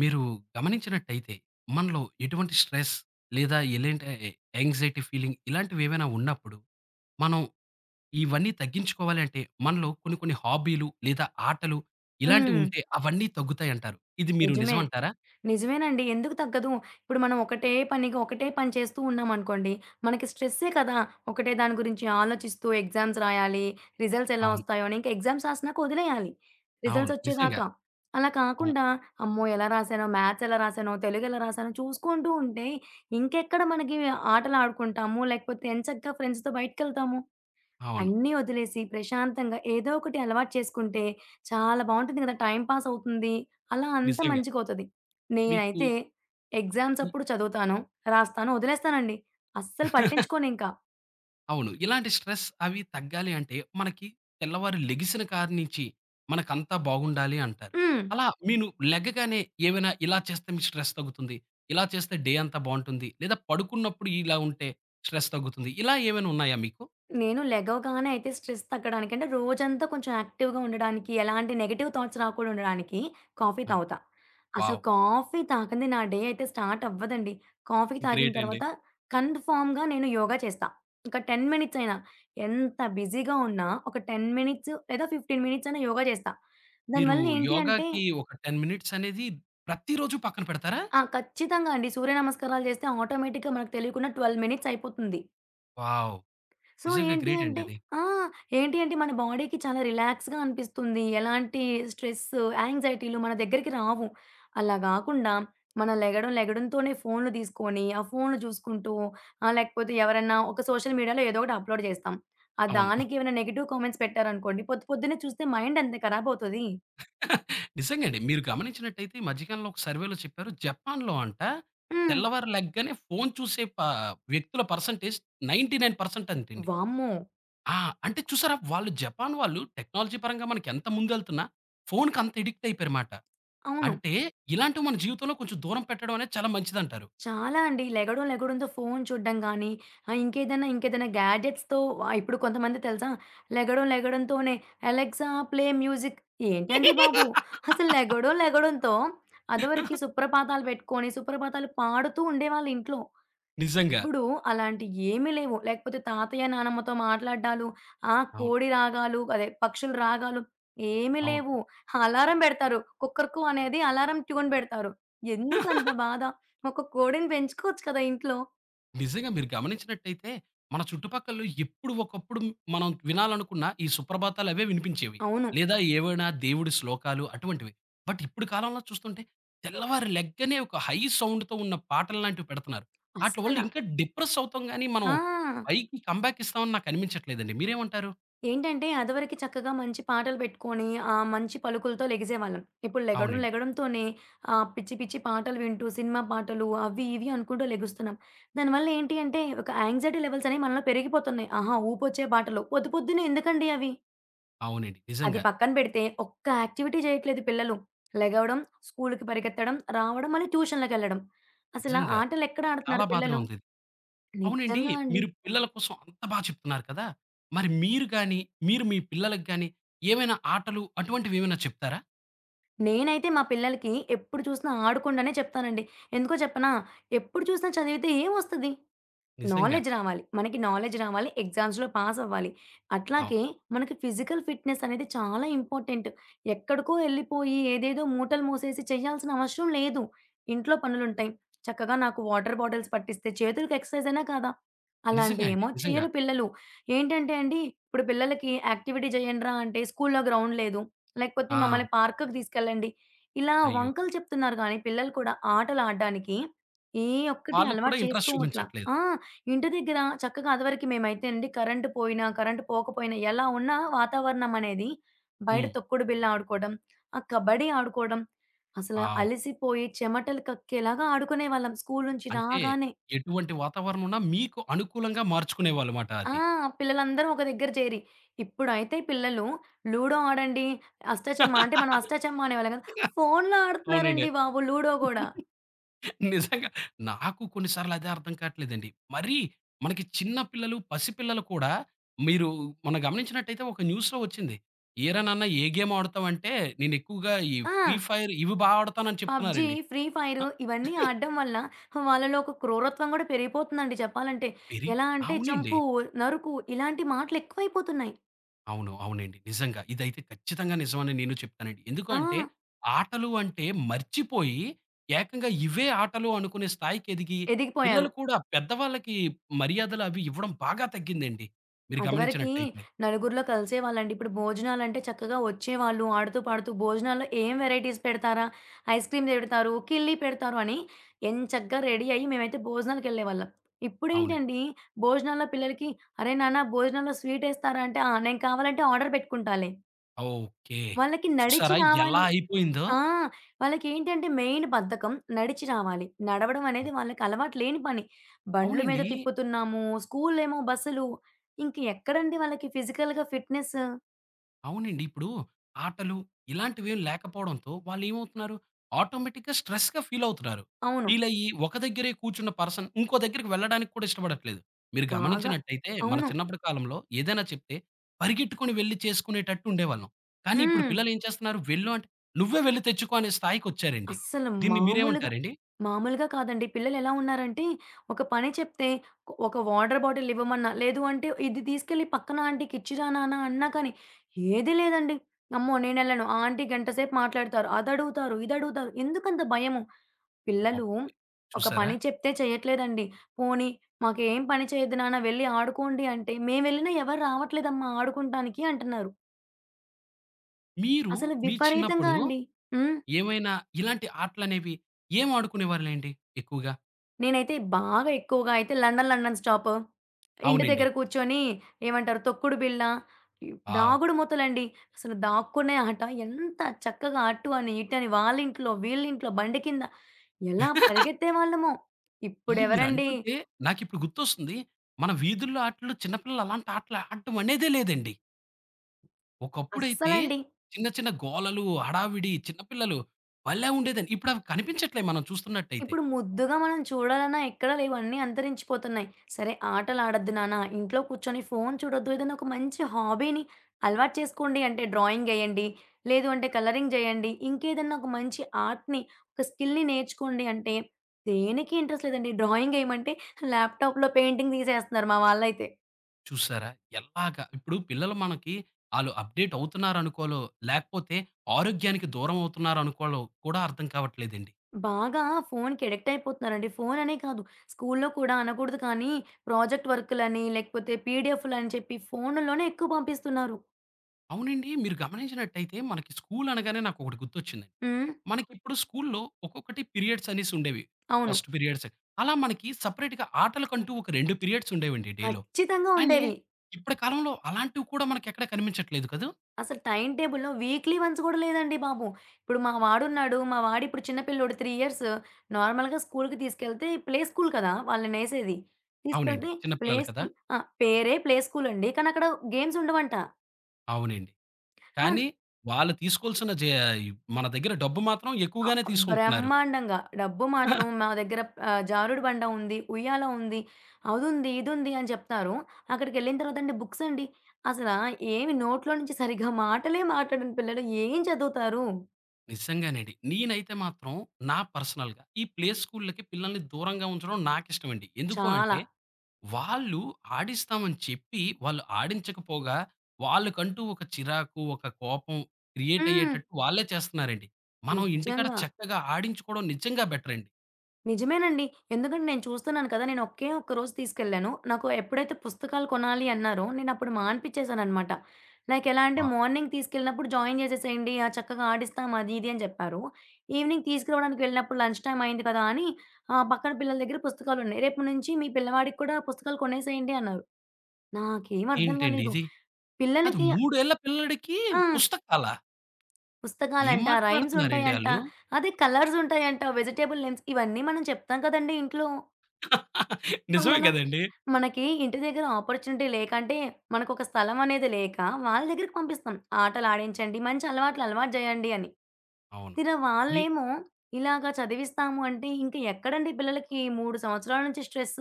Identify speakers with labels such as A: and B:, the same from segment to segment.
A: మీరు గమనించినట్టయితే, మనలో ఎటువంటి స్ట్రెస్ లేదా ఎలాంటి యాంక్సైటీ ఫీలింగ్ ఇలాంటివేవైనా ఉన్నప్పుడు, మనం ఇవన్నీ తగ్గించుకోవాలి అంటే, మనలో కొన్ని కొన్ని హాబీలు లేదా ఆటలు
B: హ్మ్.
A: ఇలాంటివుంటే అవన్నీ తగ్గుతాయంటారు. ఇది మీరు
B: నిజమే.
A: నిజమంటారా?
B: నిజమేనండి. ఎందుకు తగ్గదు? ఇప్పుడు మనం ఒకటే పనిగా, ఒకటే పని చేస్తూ ఉన్నామనుకోండి, మనకి స్ట్రెస్సే కదా! ఒకటే దాని గురించి ఆలోచిస్తూ ఎగ్జామ్స్ రాయాలి, రిజల్ట్స్ ఎలా
A: అవును.
B: వస్తాయో అని. ఇంక ఎగ్జామ్స్ రాసినాక వదిలేయాలి. రిజల్ట్స్
A: అవును. నిజంగా.
B: వచ్చేదాకా. అలా
A: ఆ!
B: కాకుండా, అమ్మో! ఎలా రాసానో, మ్యాథ్స్ ఎలా రాసానో, తెలుగు ఎలా రాసానో చూసుకుంటూ ఉంటే, ఇంకెక్కడ మనకి ఆటలు ఆడుకుంటాము? లేకపోతే ఎంచక్కా ఫ్రెండ్స్‌తో బయటికెళ్తాము?
A: అవును.
B: అన్నీ వదిలేసి ప్రశాంతంగా ఏదో ఒకటి అలవాటు చేసుకుంటే చాలా బావుంటుంది గదా! టైం పాస్ అవుతుంది. అలా అంతా
A: నిజంగా.
B: మంచికవుతది.
A: మీకు
B: నేనైతే ఎగ్జామ్స్
A: ఈ
B: అప్పుడు చదువుతాను, రాస్తాను, వదిలేస్తానండి. అస్సలు పట్టించుకోనింకా.
A: అవును. ఇలాంటి స్ట్రెస్ అవి తగ్గాలి అంటే, మనకి తెల్లవారు లెగిసిన కాడ్నించి మనకంతా బాగుండాలి అంటారు.
B: హ్మ్.
A: అలా మీరు లెగ్గగానే ఏమైనా ఇలా చేస్తే మీ స్ట్రెస్ తగ్గుతుంది, ఇలా చేస్తే డే అంతా బావుంటుంది, లేదా పడుకున్నప్పుడు ఇలా ఉంటే స్ట్రెస్ తగ్గుతుంది. ఇలా ఏమైనా ఉన్నాయా మీకు?
B: నేను లెగవగానే అయితే స్ట్రెస్ తగ్గడానికి అంటే రోజంతా కొంచెం యాక్టివ్‌గా ఉండడానికి, ఎలాంటి నెగెటివ్ థాట్స్ రాకుండా ఉండడానికి కాఫీ
A: ఆ!
B: తాగుతా. అసలు
A: వావ్!
B: కాఫీ తాగందే నా డే అయితే స్టార్ట్ అవ్వదండి. కాఫీ తాగిన
A: గ్రేట్ అండి.
B: తర్వాత కన్ఫర్మ్‌గా నేను యోగా చేస్తా. ఒక 10 మినిట్స్ అయినా, ఎంత బిజీగా ఉన్నా ఒక 10 మినిట్స్ లేదా 15 మినిట్స్ అయినా యోగా చేస్తా.
A: మీరు
B: దానివల్ల ఏంటి అంటే
A: యోగాకి ఒక 10 మినిట్స్ అనేది ప్రతిరోజు పక్కన పెడతారా?
B: ఆ! ఖచ్చితంగా అండి. సూర్య నమస్కారాలు చేస్తే ఆటోమేటిక్‌గా మనకు తెలియకుండా 12 మినిట్స్ అయిపోతుంది.
A: వావ్!
B: సో,
A: నిజంగా
B: ఏంటి
A: గ్రేట్ అండి
B: అంటే
A: అది.
B: ఆ! ఏంటి అంటే మన బాడీకి చాలా రిలాక్స్‌గా అనిపిస్తుంది. ఎలాంటి స్ట్రెస్, యాంగ్జైటీలు మన దగ్గరికి రావు. అలా గాకుండా మనం లెగడం లెగడంతోనే ఫోన్‌లు తీసుకొని, ఆ ఫోన్‌లు చూసుకుంటూ లేకపోతే ఎవరన్నా ఒక సోషల్ మీడియాలో ఏదో ఒకటి అప్‌లోడ్ చేస్తాం. ఆ
A: అవును.
B: దానికి ఏమైనా నెగెటివ్ కామెంట్స్ పెట్టారనుకోండి, పొద్దు పొద్దున్నే చూస్తే మైండ్ అంతే ఖరాబవుతది.
A: నిజంగా అండి. మీరు గమనించినట్టయితే ఈ మధ్యకాలంలో ఒక సర్వేలో చెప్పారు. జపాన్‌లో అంట
B: హ్మ్.
A: తెల్లవారు లెగ్గానే ఫోను చూసే వ్యక్తుల పర్సెంటేజ్ 99% అంటండి.
B: వామ్మో!
A: ఆ! అంటే చూసారా వాళ్ళు జపాన్ వాళ్ళు టెక్నాలజీ పరంగా మనకెంత ముందెళ్తున్నా ఫోనుకి అంత అడిక్ట్ అయిపోయారుమాట.
B: అవును.
A: అంటే ఇలాంటివి మన జీవితంలో కొంచెం దూరం పెట్టడం అనేది చాలా మంచిదంటారు.
B: చాలా అండి. లెగడం లెగడంతో ఫోను చూడడం గానీ, ఆహ్, ఇంకేదైనా ఇంకేదైనా గ్యాడ్జెట్స్‌తో ఇప్పుడు కొంతమంది తెలుసా? లెగడం లెగడంతోనే అలెక్సా ప్లే మ్యూజిక్. ఏంటండి బాబు! అసలు లెగడం లెగడంతో అదివరకి సుప్రభాతాలు పెట్టుకొని, సుప్రభాతాలు పాడుతూ ఉండేవాళ్ళు ఇంట్లో.
A: నిజంగా.
B: ఇప్పుడు అలాంటి ఏమి లేవు. లేకపోతే తాతయ్య, నానమ్మతో మాట్లాడ్డాలు, ఆ
A: అవును.
B: కోడి రాగాలు అదే పక్షుల రాగాలు ఏమి లేవు. అలారం బెడతారు. కుక్కరుకు అనేది అలారం ట్యూన్ బెడతారు. ఎందుకంత
A: అవును.
B: బాధ? ఒక కోడిని పెంచుకోవచ్చు కదా ఇంట్లో.
A: నిజంగా మీరు గమనించినట్టయితే, మన చుట్టుపక్కల ఎప్పుడు ఒకప్పుడు మనం వినాలనుకున్న ఈ సుప్రభాతాలు అవే వినిపించేవి.
B: అవును.
A: లేదా ఏవైనా దేవుడి శ్లోకాలు అటువంటివి. బట్ ఇప్పుడు కాలంలో చూస్తుంటే తెల్లవారి లెగ్గనే ఒక హై సౌండ్‌తో ఉన్న పాటలు లాంటివి పెడుతున్నారు. ఆటిల వల్ల
B: అస్సల.
A: ఇంకా డిప్రెస్ అవుతాం గానీ, మనం
B: ఆ!
A: పైకి కమ్‌బ్యాక్ ఇస్తామని నాకు అనిపించట్లేదండి. మీరేమంటారు?
B: ఏంటంటే అదివరకి చక్కగా మంచి పాటలు పెట్టుకొని, ఆ మంచి పలుకులతో లెగిసేవాళ్ళం. ఇప్పుడు లెగడం
A: అవునండి.
B: లెగడంతోనే పిచ్చి పిచ్చి పాటలు వింటూ సినిమా పాటలు అవి ఇవి అనుకుంటూ లెగుస్తున్నాం. దానివల్ల ఏంటి అంటే ఒక యాంగ్జైటీ లెవెల్స్ అనేవి మనలో పెరిగిపోతున్నాయి. ఆహా! ఊపొచ్చే పాటలు పొద్దు పొద్దున్నే ఎందుకండి అవి?
A: అవునండి.
B: అది
A: నిజంగా.
B: పక్కన పెడితే ఒక్క యాక్టివిటీ చేయట్లేదు పిల్లలు. లెగవడం, స్కూలుకి పరిగెత్తడం, రావడం, మళ్ళీ ట్యూషన్‌లకెళ్ళడం. అసల
A: నిజంగా
B: ఆటలెక్కడ
A: చాలా
B: ఆడుతున్నారు
A: బాధగా
B: పిల్లలు?
A: ఉంది. అవునండి.
B: నిజంగా అండి.
A: మీరు పిల్లల కోసం అంత బా చెప్తున్నారు కదా! మరి మీరు గాని, మీరు మీ పిల్లలకి గాని ఏమైనా ఆటలు అటువంటివేమైనా చెప్తారా?
B: నేనైతే మా పిల్లలకి ఎప్పుడు చూసినా ఆడుకోండనే చెప్తానండి. ఎందుకో చెప్పనా? ఎప్పుడు చూసినా చదివితే ఏమొస్తది?
A: నిజంగా.
B: నాలెడ్జ్ రావాలి. మనకి నాలెడ్జ్ రావాలి. ఎగ్జామ్స్‌లో పాస్ అవ్వాలి.
A: అవును.
B: అట్లాగే మనకి ఫిజికల్ ఫిట్‌నెస్ అనేది చాలా ఇంపార్టెంట్. ఎక్కడికో ఎళ్ళిపోయి ఏదేదో మూటలు మోసేసి చేయాల్సిన అవసరం లేదు. ఇంట్లో పనులుంటాయి. చక్కగా నాకు వాటర్ బాటిల్స్ పట్టిస్తే చేతులకి ఎక్సర్‌సైజ్ అయినా కాదా?
A: నిజంగా అండి.
B: అలాంటియేమో
A: నిజంగా.
B: చేయరు పిల్లలు. ఏంటంటే అండి, ఇప్పుడు పిల్లలకి యాక్టివిటీ చేయండిరా అంటే స్కూల్‌లో గ్రౌండ్ లేదు. లేకపోతే
A: ఆ!
B: మమ్మల్ని పార్క్‌కి తీసుకెళ్ళండి. ఇలా
A: అయ్యో!
B: వంకలు చెప్తున్నారు గానీ పిల్లలు కూడా ఆటలు ఆడడానికి ఏ ఒక్కటి
A: వాళ్ళు కూడా
B: అలవాటు
A: ఇంట్రెస్ట్
B: చేసుకోవట్లా.
A: చూపించట్లేదు.
B: ఆ! ఇంటి దగ్గర చక్కగా అదివరకు మేమైతే అండి కరెంట్ పోయినా, కరెంట్ పోకపోయినా ఎలా ఉన్నా వాతావరణం అనేది బయట
A: హ్మ్.
B: తొక్కుడు బిళ్ళ ఆడుకోవడం, ఆ కబడ్డీ ఆడుకోవడం, అసల
A: వావ్!
B: అలిసిపోయి చెమటలు కక్కేలాగా ఆడుకునేవాళ్ళం స్కూలు నుంచి
A: అంటే
B: రాగానే.
A: ఎటువంటి వాతావరణం ఉన్నా మీకు అనుకూలంగా మార్చుకునేవాళ్ళుమాట
B: ఆ!
A: అది.
B: పిల్లలందరం ఒక దగ్గర చేరి. ఇప్పుడైతే పిల్లలు లూడో ఆడండి, అష్టాచెమ్మా అంటే మనం అష్టాచెమ్మా అనేవాళ్ళం కదా! ఫోనులో
A: అవునండి.
B: ఆడుతున్నారండి బాబు లూడో గూడా.
A: నిజంగా. నాకు కొన్ని సార్లు అదే అర్థం కాట్లేదండి. మరీ మనకి చిన్న పిల్లలు, పసిపిల్లలు కూడా మీరు మనం గమనించినట్టయితే ఒక న్యూస్‌లో వచ్చింది. "ఏరా నాన్న ఏ గేమ్ ఆడుతావు" అంటే, "నేనెక్కువగా ఈ ఫ్రీ
B: ఆ!
A: ఫైర్ ఇవి బా ఆడతాను" అని
B: పబ్‌జీ,
A: చెప్తున్నారండి.
B: ఫ్రీ ఫైర్
A: ఆ,
B: ఇవన్నీ ఆడడం వల్ల వాళ్ళలో ఒక క్రూరత్వం కూడా పెరిగిపోతుందండి చెప్పాలంటే.
A: పెరిగి
B: ఎలా అంటే
A: అవునండి.
B: చంపు, నరుకు ఇలాంటి మాటలు ఎక్కువైపోతున్నాయి.
A: అవును. అవునండి. నిజంగా. ఇదైతే ఖచ్చితంగా నిజమని నేను చెప్తానండి. ఎందుకు
B: ఆ!
A: అంటే, ఆటలు అంటే మర్చిపోయి, ఏకంగా ఇవే ఆటలు అనుకునే స్థాయికెదిగి,
B: ఎదిగిపోయారు.
A: పిల్లలు కూడా పెద్దవాళ్ళకి మర్యాదలు అవి ఇవ్వడం బాగా తగ్గిందండి. మీరు
B: అదివరకి
A: గమనించినట్టయితే.
B: నలుగురిలో కలిసేవాళ్ళండి. ఇప్పుడు భోజనాలంటే చక్కగా వచ్చేవాళ్ళు ఆడుతూ, పాడుతూ భోజనాల్లో ఏం వెరైటీస్ పెడతారా? ఐస్ క్రీమ్ పెడతారు, కిళ్ళీ పెడతారు అని ఎంచక్కా రెడీ అయ్యి మేమైతే భోజనాలకెళ్ళేవాళ్ళం.
A: అవునండి.
B: ఇప్పుడేంటండి భోజనాల్లో పిల్లలకి "అరే నాన్న భోజనాల్లో స్వీట్ ఏస్తారా?" అంటే "ఆ! నేను కావాలంటే ఆర్డర్ పెట్టుకుంటాలే."
A: ఓకే.
B: వాళ్ళకి నడిచి
A: చూసారా
B: రావాలి.
A: ఎలా అయిపోయిందో?
B: ఆ! వాళ్ళకేంటంటే మెయిన్ బద్ధకం. నడిచి రావాలి. నడవడం అనేది వాళ్ళకి అలవాటు లేని పని. బండ్ల మీద
A: అవునండి.
B: తిప్పుతున్నాము. స్కూల్ ఏమో బస్సులు. ఇంక ఎక్కడండి వాళ్ళకి ఫిజికల్‌గా ఫిట్‌నెస్.
A: అవునండి. ఇప్పుడు ఆటలు ఇలాంటివేం లేకపోవడంతో వాళ్ళేమవుతున్నారు? ఆటోమేటిక్‌గా స్ట్రెస్‌గా ఫీలవుతున్నారు.
B: అవును.
A: ఫీలయ్యి ఒక దగ్గరే కూర్చున్న పర్సన్ ఇంకో దగ్గరికి వెళ్ళడానికి కూడా ఇష్టపడట్లేదు. మీరు
B: బాగా
A: గమనించినట్టయితే మన
B: అవును.
A: చిన్నప్పటి కాలంలో ఏదైనా చెప్తే పరిగెట్టుకొని వెళ్లి చేసుకునేటట్టు ఉండేవాళ్ళం. కానీ ఇప్పుడు
B: హ్మ్.
A: పిల్లలేం చేస్తున్నారు? వెళ్ళు అంటే నువ్వే వెళ్లి తెచ్చుకో అనే స్థాయికొచ్చారండి.
B: అస్సలు
A: దీన్ని
B: మామూలుగా
A: మీరేమంటారండి?
B: మామూలుగా కాదండి. పిల్లలెలా ఉన్నారంటే, ఒక పని చెప్తే ఒక ఒక వాటర్ బాటిల్ ఇవ్వమన్నా, లేదు అంటే ఇది తీసుకెళ్ళి పక్కన ఆంటీకిచ్చిరా నాన్న అన్నా కానీ, ఏది లేదండి. అమ్మో! నేనెళ్ళను. ఆ ఆంటీ గంట సేపు మాట్లాడతారు. అదడుగుతారు, ఇదడుగుతారు. ఎందుకంత భయము? పిల్లలు
A: అమ్మబాబోయ్!
B: ఒక
A: చూసారా?
B: పని చెప్తే చేయట్లేదండి. పోనీ మాకేం పని చేయొద్దు నాన్న వెళ్ళి ఆడుకోండి అంటే, మేమెళ్ళినా ఎవరు రావట్లేదమ్మా ఆడుకుంటానికి అంటున్నారు.
A: మీరు
B: అసలు
A: మీ
B: విపరీతంగా
A: చిన్నప్పుడు
B: అండి. హ్మ్.
A: ఏమైనా ఇలాంటి ఆటలనేవి ఏం ఆడుకునేవారులేండి ఎక్కువగా?
B: నేనైతే బాగా ఎక్కువగా అయితే 'లండన్ లండన్ స్టాప్' ఇంటి
A: అవునండి.
B: దగ్గర కూర్చొని ఏమంటారు 'తొక్కుడు బిళ్ళ' ఈ
A: ఆ!
B: దాగుడు మూతలండి. అసలు దాక్కునే ఆట ఎంత చక్కగా అటు అని, ఇటు అని వాళ్ళింట్లో, వీళ్ళింట్లో, బండి కింద ఎలా పరిగెత్తేవాళ్ళమో.
A: ఏండి
B: ఇప్పుడెవరండి
A: మీరంటుంటే నాకిప్పుడు గుర్తొస్తుంది. మన వీధుల్లో ఆటల్లో చిన్న పిల్లలు అలాంటి ఆటలు ఆడటం అనేదే లేదండి. ఒకప్పుడైతే
B: అస్సలండి.
A: చిన్న చిన్న గోలలు, హడావిడి చిన్న పిల్లలు భలే ఉండేదండి. ఇప్పుడవి కనిపించట్లే మనం చూస్తున్నట్టయితే.
B: ఇప్పుడు ముద్దుగా మనం చూడాలన్నా ఎక్కడ లేవు. అన్నీ అంతరించిపోతున్నాయి. సరే ఆటలాడొద్దు నాన్న, ఇంట్లో కూర్చొని ఫోను చూడొద్దు. ఏదైనా ఒక మంచి హాబీని అలవాటు చేసుకోండి అంటే డ్రాయింగ్ ఎయండి. లేదు అంటే కలరింగ్ చేయండి. ఇంకేదన్నా ఒక మంచి ఆర్ట్‌ని, ఒక స్కిల్‌ని నేర్చుకోండి అంటే దేనికి ఇంట్రెస్ట్ లేదండి. డ్రాయింగ్ ఎయమంటే ల్యాప్‌టాప్‌లో పెయింటింగ్ తీసేస్తున్నారు మా వాళ్ళైతే.
A: చూసారా? ఎలాగా ఇప్పుడు పిల్లలు మనకి ఆళ్ళు అప్‌డేట్ అవుతున్నారనుకోలో, లేకపోతే ఆరోగ్యానికి దూరం అవుతున్నారనుకోలో కూడా అర్థం కావట్లేదండి.
B: బాగా ఫోనుకి అడిక్ట్ అయిపోతున్నారండి. ఫోను అనే కాదు. స్కూల్లో కూడా అనకూడదు కానీ ప్రాజెక్ట్ వర్కులని, లేకపోతే పీడిఎఫ్‌లని చెప్పి ఫోనుల్లోనే ఎక్కువ పంపిస్తున్నారు.
A: అవునండి. మీరు గమనించినట్టయితే మనకి స్కూల్ అనగానే నాకొకటి గుర్తొచ్చింది.
B: హ్మ్.
A: మనకిప్పుడు స్కూల్లో ఒక్కొక్కటి పీరియడ్స్ అనేసి ఉండేవి.
B: అవును.
A: ఫస్ట్ పీరియడ్స్ అలా మనకి సెపరేట్‌గా ఆటలకంటూ ఒక 2 పీరియడ్స్ ఉండేవండి డేలో.
B: ఖచ్చితంగా
A: కానీ
B: ఉండేవి.
A: ఇప్పటి కాలంలో అలాంటివి కూడా మనకెక్కడ కనిపించట్లేదు కదూ!
B: అసలు టైమ్ టేబుల్‌లో వీక్లీ వన్స్ గూడా లేదండి బాబు. ఇప్పుడు మా వాడున్నాడు. మా వాడిప్పుడు చిన్న పిల్లోడు 3 ఇయర్స్. నార్మల్‌గా స్కూల్‌కి తీసుకెళ్తే ప్లే స్కూల్ కదా! వాళ్ళనేసేది.
A: అవునండి.
B: తీసుకెళ్తే
A: చిన్న
B: ప్లే
A: పిల్లలు కదా!
B: స్కూల్ ఆ! పేరే ప్లే స్కూల్ అండి. కానీ అక్కడ గేమ్స్ ఉండవంట.
A: అవునండి.
B: ఆ!
A: కానీ వాళ్ళు తీసుకోవాల్సిన జే మన దగ్గర డబ్బు మాత్రం
B: ఆహ్,
A: ఎక్కువగానే తీసుకుంటున్నారు.
B: బ్రహ్మాండంగా. డబ్బు మాత్రం మా దగ్గర జారుడు బండ ఉంది. ఉయ్యాల ఉంది. అదుంది, ఇదుంది అని చెప్తారు. అక్కడికెళ్ళిన తర్వాత అండి బుక్స్ అండి. అసలా ఏమి నోట్లో నుంచి సరిగ్గా మాటలే మాట్లాడని పిల్లలు ఏం చదువుతారు?
A: నిజంగానండి. నేనైతే మాత్రం నా పర్సనల్‌గా ఈ ప్లే స్కూల్‌లకి పిల్లల్ని దూరంగా ఉంచడం నాకిష్టమండి. ఎందుకు
B: చాలా.
A: అంటే వాళ్ళు ఆడిస్తామని చెప్పి, వాళ్ళు ఆడించకపోగా, వాళ్ళకంటూ ఒక చిరాకు, ఒక కోపం క్రియేట్
B: హ్మ్.
A: అయ్యేటట్టు వాళ్ళే చేస్తున్నారండి. మనం ఇంటికాడ
B: నిజంగా.
A: చక్కగా ఆడించుకోవడం నిజంగా బెటరండి.
B: నిజమేనండి. ఎందుకంటే నేను చూస్తున్నాను కదా! నేను ఒకే ఒక్క రోజు తీసుకెళ్ళాను. నాకు ఎప్పుడైతే పుస్తకాలు కొనాలి అన్నారో నేనప్పుడు మానిపించేసాననమాట. లైక్ ఎలా అంటే
A: అబ్బా!
B: మార్నింగ్ తీసుకెళ్ళినప్పుడు జాయిన్ చేసేసేయండి. ఆ చక్కగా ఆడిస్తాం అది ఇది అని చెప్పారు. ఈవినింగ్ తీసుకురావడానికి వెళ్ళినప్పుడు లంచ్ టైమ్ అయింది కదా! అని పక్కన పిల్లల దగ్గర పుస్తకాలున్నాయి. రేపటి నుంచి మీ పిల్లవాడికి కూడా పుస్తకాలు కొనేసేయండి అన్నారు. నాకేం అర్థం
A: ఏంటండి
B: కాలేదు.
A: ఇది? అది
B: పిల్లలకి
A: 3 ఏళ్ల పిల్లాడికి
B: ఆ!
A: పుస్తకాలా? ఏం
B: పుస్తకాలంట, రైమ్స్
A: మాట్లాడుతున్నారండి
B: ఉంటాయంట,
A: ఆళ్ళు?
B: అదే కలర్స్ ఉంటాయంట, వెజిటబుల్ నేమ్స్ ఇవన్నీ మనం చెప్తాం కదండీ ఇంట్లో. ఇప్పుడు
A: నిజమే
B: మన
A: కదండీ!
B: మనకి ఇంటి దగ్గర ఆపర్చునిటీ లేక అంటే, మనకొక స్థలం అనేది లేక వాళ్ళ దగ్గరికి పంపిస్తాం. ఆటలు ఆడించండి, మంచి అలవాట్లు అలవాటు చేయండి అని.
A: అవును.
B: తీరా
A: మీ
B: వాళ్ళేమో ఇలాగ చదివిస్తాము అంటే, ఇంక ఎక్కడండి పిల్లలకి 3 సంవత్సరాల నుంచి స్ట్రెస్.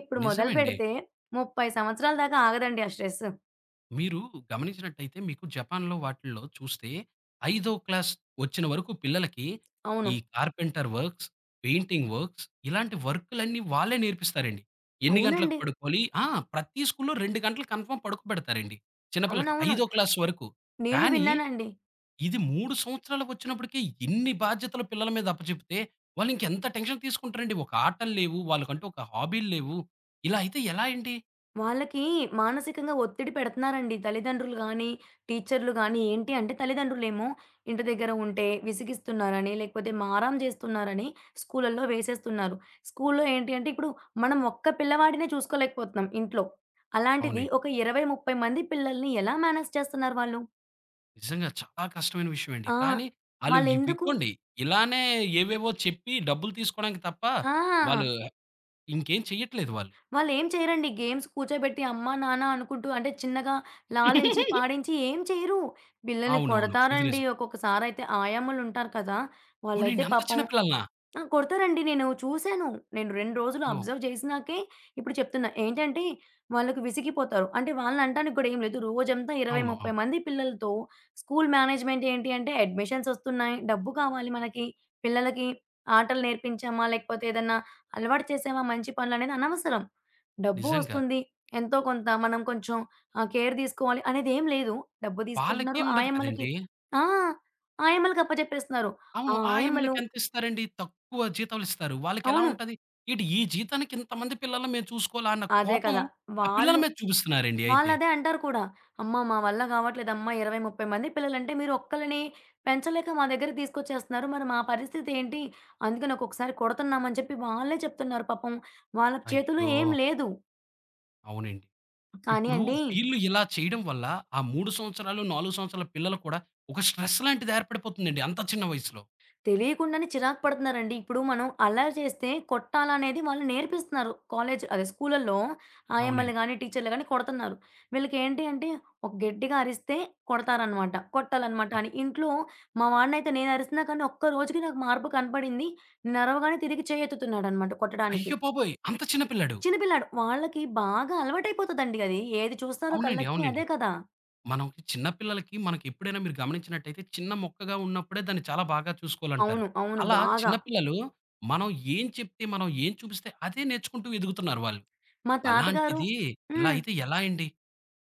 B: ఇప్పుడు
A: నిజమండి.
B: మొదలుపెడితే 30 సంవత్సరాల దాకా ఆగదండి ఆ స్ట్రెస్.
A: మీరు గమనించినట్టయితే మీకు జపాన్‌లో వాటిల్లో చూస్తే, ఐదో క్లాస్ వచ్చిన వరకు పిల్లలకి
B: అవును.
A: ఈ కార్పెంటర్ వర్క్స్, పెయింటింగ్ వర్క్స్ ఇలాంటి వర్కులన్నీ వాళ్ళే నేర్పిస్తారండి. ఎన్ని గంటలకు
B: అవునండి.
A: పడుకోవాలి ఆ! ప్రతి స్కూల్‌లో 2 గంటలు కన్ఫర్మ్ పడుకోబెడతారండి. చిన్నపిల్లకి
B: అవునవును.
A: ఐదో క్లాస్ వరకు.
B: నేను
A: కానీ
B: విన్నానండి.
A: ఇది 3 సంవత్సరాలు వచ్చినప్పటికే ఇన్ని బాధ్యతలు పిల్లల మీద అప్పచెప్తే వాళ్ళు ఇంకెంత టెన్షన్ తీసుకుంటారండి. ఒక ఆటలు లేవు, వాళ్ళకంటూ ఒక హాబీలు లేవు. ఇలా అయితే ఎలా అండి?
B: వాళ్ళకి మానసికంగా ఒత్తిడి పెడుతున్నారండి తల్లిదండ్రులు గానీ, టీచర్లు గానీ. ఏంటి అంటే తల్లిదండ్రులేమో ఇంటి దగ్గర ఉంటే విసిగిస్తున్నారని, లేకపోతే మారం జేస్తున్నారని స్కూలల్లో వేసేస్తున్నారు. స్కూల్లో ఏంటి అంటే ఇప్పుడు మనం ఒక్క పిల్లవాడినే చూసుకోలేకపోతున్నాం ఇంట్లో. అలాంటిది
A: అవునండి.
B: ఒక 20, 30 మంది పిల్లల్ని ఎలా మేనేజ్ చేస్తున్నారు వాళ్ళు?
A: నిజంగా చాలా కష్టమైన విషయం అండి.
B: ఆ!
A: కానీ ఆళ్ళు
B: వాళ్ళెందుకు
A: ఇవిగోండి ఇలానే ఏవేవో చెప్పి డబ్బులు తీసుకోవడానికి తప్ప వాళ్ళు
B: ఆ!
A: ఇంకేం చెయ్యట్లేదు వాళ్ళు.
B: వాళ్ళేం చేయరండి. గేమ్స్ కూర్చోబెట్టి అమ్మా, నాన్న అనుకుంటూ అంటే చిన్నగా లాలించి, పాడించి ఏం చేయరు. పిల్లల్ని
A: అవునవును. ఇది
B: కొడతారండి.
A: నిజం.
B: ఒక్కొక్కసారయితే ఆయామ్మలుంటారు కదా! వాళ్ళైతే
A: అవునండి. అంత
B: పాపం
A: చిన్న పిల్లలనా?
B: ఆ! కొడతారండి. నేను చూసాను. నేను 2 రోజులు
A: ఓహ్!
B: అబ్జర్వ్ చేసినాకే ఇప్పుడు చెప్తున్నా. ఏంటంటే వాళ్ళకి విసిగిపోతారు. అంటే వాళ్ళని అంటానికి కూడా ఏం లేదు. రోజంతా 20,
A: అవును.
B: 30
A: అవును.
B: మంది పిల్లలతో స్కూల్ మేనేజ్మెంట్ ఏంటి అంటే అడ్మిషన్స్ వస్తున్నాయి. డబ్బు కావాలి మనకి. పిల్లలకి ఆటలు నేర్పించామా? లేకపోతే ఏదన్నా అలవాటు చేసామా? మంచి పనులనేది అనవసరం. డబ్బు
A: నిజంగా.
B: వస్తుంది. ఎంతో కొంత మనం కొంచెం కేర్ తీసుకోవాలి అనేది ఏం లేదు. డబ్బు తీసుకుంటున్నారు
A: వాళ్ళకేముండదు
B: ఆయమ్మలకి.
A: కదండీ!
B: ఆ! ఆయమ్మలకి అప్పజెప్పేస్తున్నారు. ఆ
A: అవును.
B: ఆయమ్మలు
A: ఆయమ్మలకి ఎంతిస్తారండి? తక్కువ జీతాలిస్తారు. వాళ్ళకెలా
B: అవును.
A: ఉంటది? "ఏటి ఈ జీతానికి ఇంతమంది పిల్లల్ని మేము చూసుకోవాలా?" అన్న
B: అదే
A: కోపం
B: కదా!
A: ఆ పిల్లల
B: వాళ్ళు
A: మీద చూపిస్తున్నారండి అయితే.
B: వాళ్ళదే అంటారు కూడా. "అమ్మ మా వల్ల కావట్లేదమ్మా 20, 30 మంది పిల్లలంటే మీరు ఒక్కళ్ళని పెంచలేక మా దగ్గరికి తీసుకొచ్చేస్తున్నారు. మరి మా పరిస్థితి ఏంటి? అందుకని ఒక్కొక్కసారి కొడుతున్నాం" అని చెప్పి వాళ్ళే చెప్తున్నారు పాపం. వాళ్ళ చేతుల్లో
A: అయ్యో!
B: ఏం లేదు.
A: అవునండి.
B: కానీ
A: ఇప్పుడు
B: అండి
A: వీళ్ళు ఇలా చేయడం వల్ల ఆ 3 సంవత్సరాలు, 4 సంవత్సరాల పిల్లలు కూడా ఒక స్ట్రెస్ లాంటిది ఏర్పడిపోతుందండి అంత చిన్న వయసులో.
B: తెలియకుండానే చిరాకు పడుతున్నారండి. ఇప్పుడు మనం అల్లరి చేస్తే కొట్టాలనేది వాళ్ళు నేర్పిస్తున్నారు. కాలేజ్ అదే స్కూలల్లో ఆయమ్మలు
A: అవునండి.
B: గాని, టీచర్లు గాని కొడుతున్నారు. వీళ్ళకేంటి అంటే ఒక గట్టిగా అరిస్తే కొడతారనమాట. కొట్టాలనమాట
A: అవును.
B: అని. ఇంట్లో మా వాడినైతే నేను అరిసినా కానీ ఒక్క రోజుకి నాకు మార్పు కనపడింది. నేను అరవగానే తిరిగి చేయెత్తుతున్నాడనమాట కొట్టడానికి.
A: అయ్య బాబోయ్! అంత చిన్న పిల్లాడు.
B: చిన్నపిల్లాడు. వాళ్ళకి బాగా అలవాటైపోతదండి అది. ఏది చూస్తారో
A: అవునండి.
B: కళ్ళకి
A: అవునండి.
B: అదే కదా!
A: మనకి చిన్న పిల్లలకి మనకెప్పుడైనా మీరు గమనించినట్టయితే చిన్న మొక్కగా ఉన్నప్పుడే దాన్ని చాలా బాగా చూసుకోవాలంటారు.
B: అవును. అవును.
A: అలా
B: బాగా.
A: చిన్న పిల్లలు మనం ఏం చెప్తే, మనం ఏం చూపిస్తే అదే నేర్చుకుంటూ ఎదుగుతున్నారు వాళ్ళు.
B: మా తాతగారు
A: అలాంటిది ఇలా
B: హ్మ్.
A: అయితే ఎలా అండి?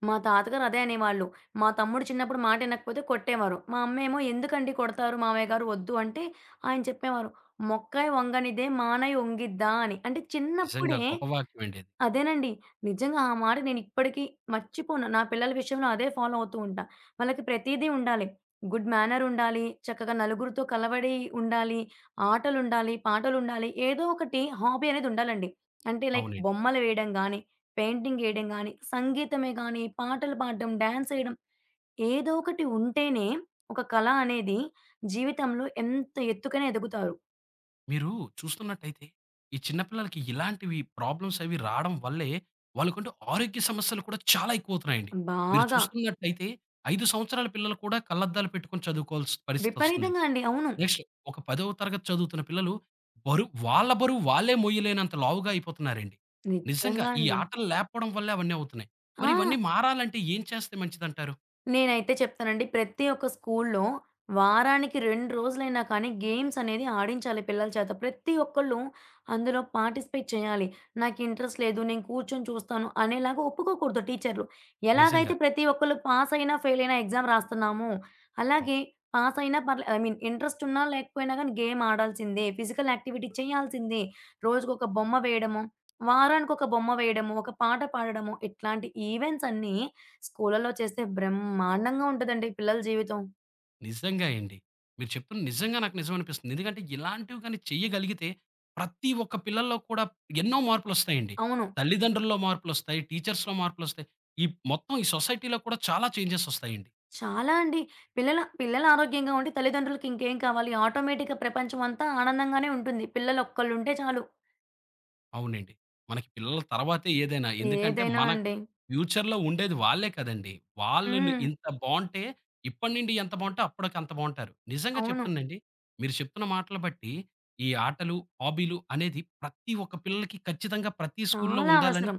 B: మా తాతగారు అదే అనేవాళ్ళు. మా తమ్ముడు చిన్నప్పుడు మాటినకపోతే కొట్టేవారు. మా అమ్మేమో "ఎందుకండీ కొడతారు మామయ్య గారు వద్దు" అంటే ఆయన చెప్పేవారు "మొక్కాయి వంగనిదే మానై వంగిద్దా" అని. అంటే
A: నిజంగా
B: చిన్నప్పుడే
A: గొప్ప వాక్యమండి అది.
B: అదేనండి. నిజంగా ఆ మాట నేనిప్పటికి మర్చిపోను. నా పిల్లల విషయంలో అదే ఫాలో అవుతూ ఉంటా. వాళ్ళకి ప్రతీదీ ఉండాలి. గుడ్ మేనరుండాలి, చక్కగా నలుగురితో కలవడి ఉండాలి, ఆటలుండాలి, పాటలుండాలి. ఏదో ఒకటి హాబీ అనేదుండాలండి. అంటే లైక్
A: అవునండి.
B: బొమ్మలు వేయడం గానీ, పెయింటింగ్ ఏయడం గానీ, సంగీతమే గానీ, పాటలు పాడడం, డాన్సేయడం ఏదో ఒకటి ఉంటేనే ఒక కళ అనేది జీవితంలో ఎంత ఎత్తుకైనా ఎదుగుతారు.
A: మీరు చూస్తున్నట్టయితే, ఈ చిన్న పిల్లలకి ఇలాంటివి ప్రాబ్లమ్స్ అవి రాడం వల్లే, వాళ్ళకంటూ ఆరోగ్య సమస్యలు కూడా చాలా ఎక్కువవుతున్నాయండి. మీరు
B: బాగా.
A: చూస్తున్నట్టయితే 5 సంవత్సరాల పిల్లలు కూడా కళ్ళద్దాలు పెట్టుకొని చదువుకోవాల్సిన పరిస్థితొస్తుందండి.
B: విపరీతంగా అండి. అవును.
A: నెక్స్ట్ ఒక 10వ తరగతి చదువుతున్న పిల్లలు బరువు వాళ్ళ బరువు వాళ్ళే మోయలేనంత లావుగా అయిపోతున్నారండి. నిజంగా
B: నిజంగా
A: ఈ
B: అండి.
A: ఆటలు లేకపోవడం వల్లే అవన్నీ అవుతున్నాయి.
B: ఆ!
A: మరి ఇవన్నీ మారాలంటే ఏం చేస్తే మంచిదంటారు?
B: నేనైతే చెప్తానండి. ప్రతి ఒక్క స్కూల్‌లో వారానికి 2 రోజులైనా కానీ గేమ్స్ అనేది ఆడించాలి పిల్లల చేత. ప్రతి ఒక్కళ్ళు అందులో పార్టిసిపేట్ చేయాలి. నాకు ఇంట్రెస్ట్ లేదు. నేను కూర్చొని చూస్తాను అనేలాగా ఒప్పుకోకూడదు టీచర్‌లు.
A: నిజంగా.
B: ఎలాగైతే ప్రతి ఒక్కళ్ళు పాస్ అయినా, ఫెయిల్ అయినా ఎగ్జామ్ రాస్తున్నామో,
A: అవును.
B: అలాగే పాస్ అయినా పర్లే ఐ మీన్ ఇంట్రెస్ట్ ఉన్నా లేకపోయినా గానీ గేమ్ ఆడాల్సిందే. ఫిజికల్ యాక్టివిటీ చేయాల్సిందే. రోజుకొక బొమ్మ వేయడము, వారానికొక బొమ్మ వేయడము, ఒక పాట పాడడము ఇట్లాంటి ఈవెంట్స్ అన్నీ స్కూళ్ళలో చేస్తే బ్రహ్మాండంగా ఉంటదండి పిల్లల జీవితం.
A: నిజంగా అండి. మీరు చెప్తుంది నిజంగా నాకు నిజం అనిపిస్తుంది. ఎందుకంటే ఇలాంటివి గాని చేయగలిగితే ప్రతి ఒక్క పిల్లల్లో కూడా ఎన్నో మార్పులొస్తాయండి.
B: అవును.
A: తల్లిదండ్రుల్లో మార్పులొస్తాయి, టీచర్స్‌లో మార్పులొస్తాయి. ఈ మొత్తం ఈ సొసైటీలో కూడా చాలా చేంజెస్ ఒస్తాయండి.
B: చాలా అండి. పిల్లలు ఆరోగ్యంగా ఉంటే తల్లిదండ్రులకి ఇంకేం కావాలి? ఆటోమేటిక్‌గా ప్రపంచం అంతా ఆనందంగానే ఉంటుంది. పిల్లలు ఒక్కళ్ళుంటే చాలు.
A: అవునండి. మనకి పిల్లల తర్వాతే ఏదైనా. ఎందుకంటే,
B: ఏదైనా
A: మన
B: అండి.
A: ఫ్యూచర్‌లో ఉండేది వాళ్ళే కదండీ! వాళ్ళని
B: హ్మ్.
A: ఇంత బావుంటే, ఇప్పటి నుండి ఎంత బావుంటే అప్పటికి అంత బావుంటారు. నిజంగా
B: అవును.
A: చెప్తానండి. మీరు చెప్తున్న మాటలు బట్టి, ఈ ఆటలు, హాబీలు అనేది ప్రతి ఒక్క పిల్లలకి ఖచ్చితంగా ప్రతి స్కూల్లో
B: చాలా
A: ఉండాలని
B: అవసరం.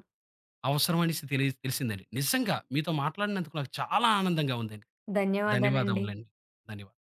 A: అవసరం అనేసి తెలిసిందండి. నిజంగా మీతో మాట్లాడినందుకు నాకు చాలా ఆనందంగా ఉందండి.
B: ధన్యవాదాలండి.
A: ధన్యవాదములండి. ధన్యవాదాలు.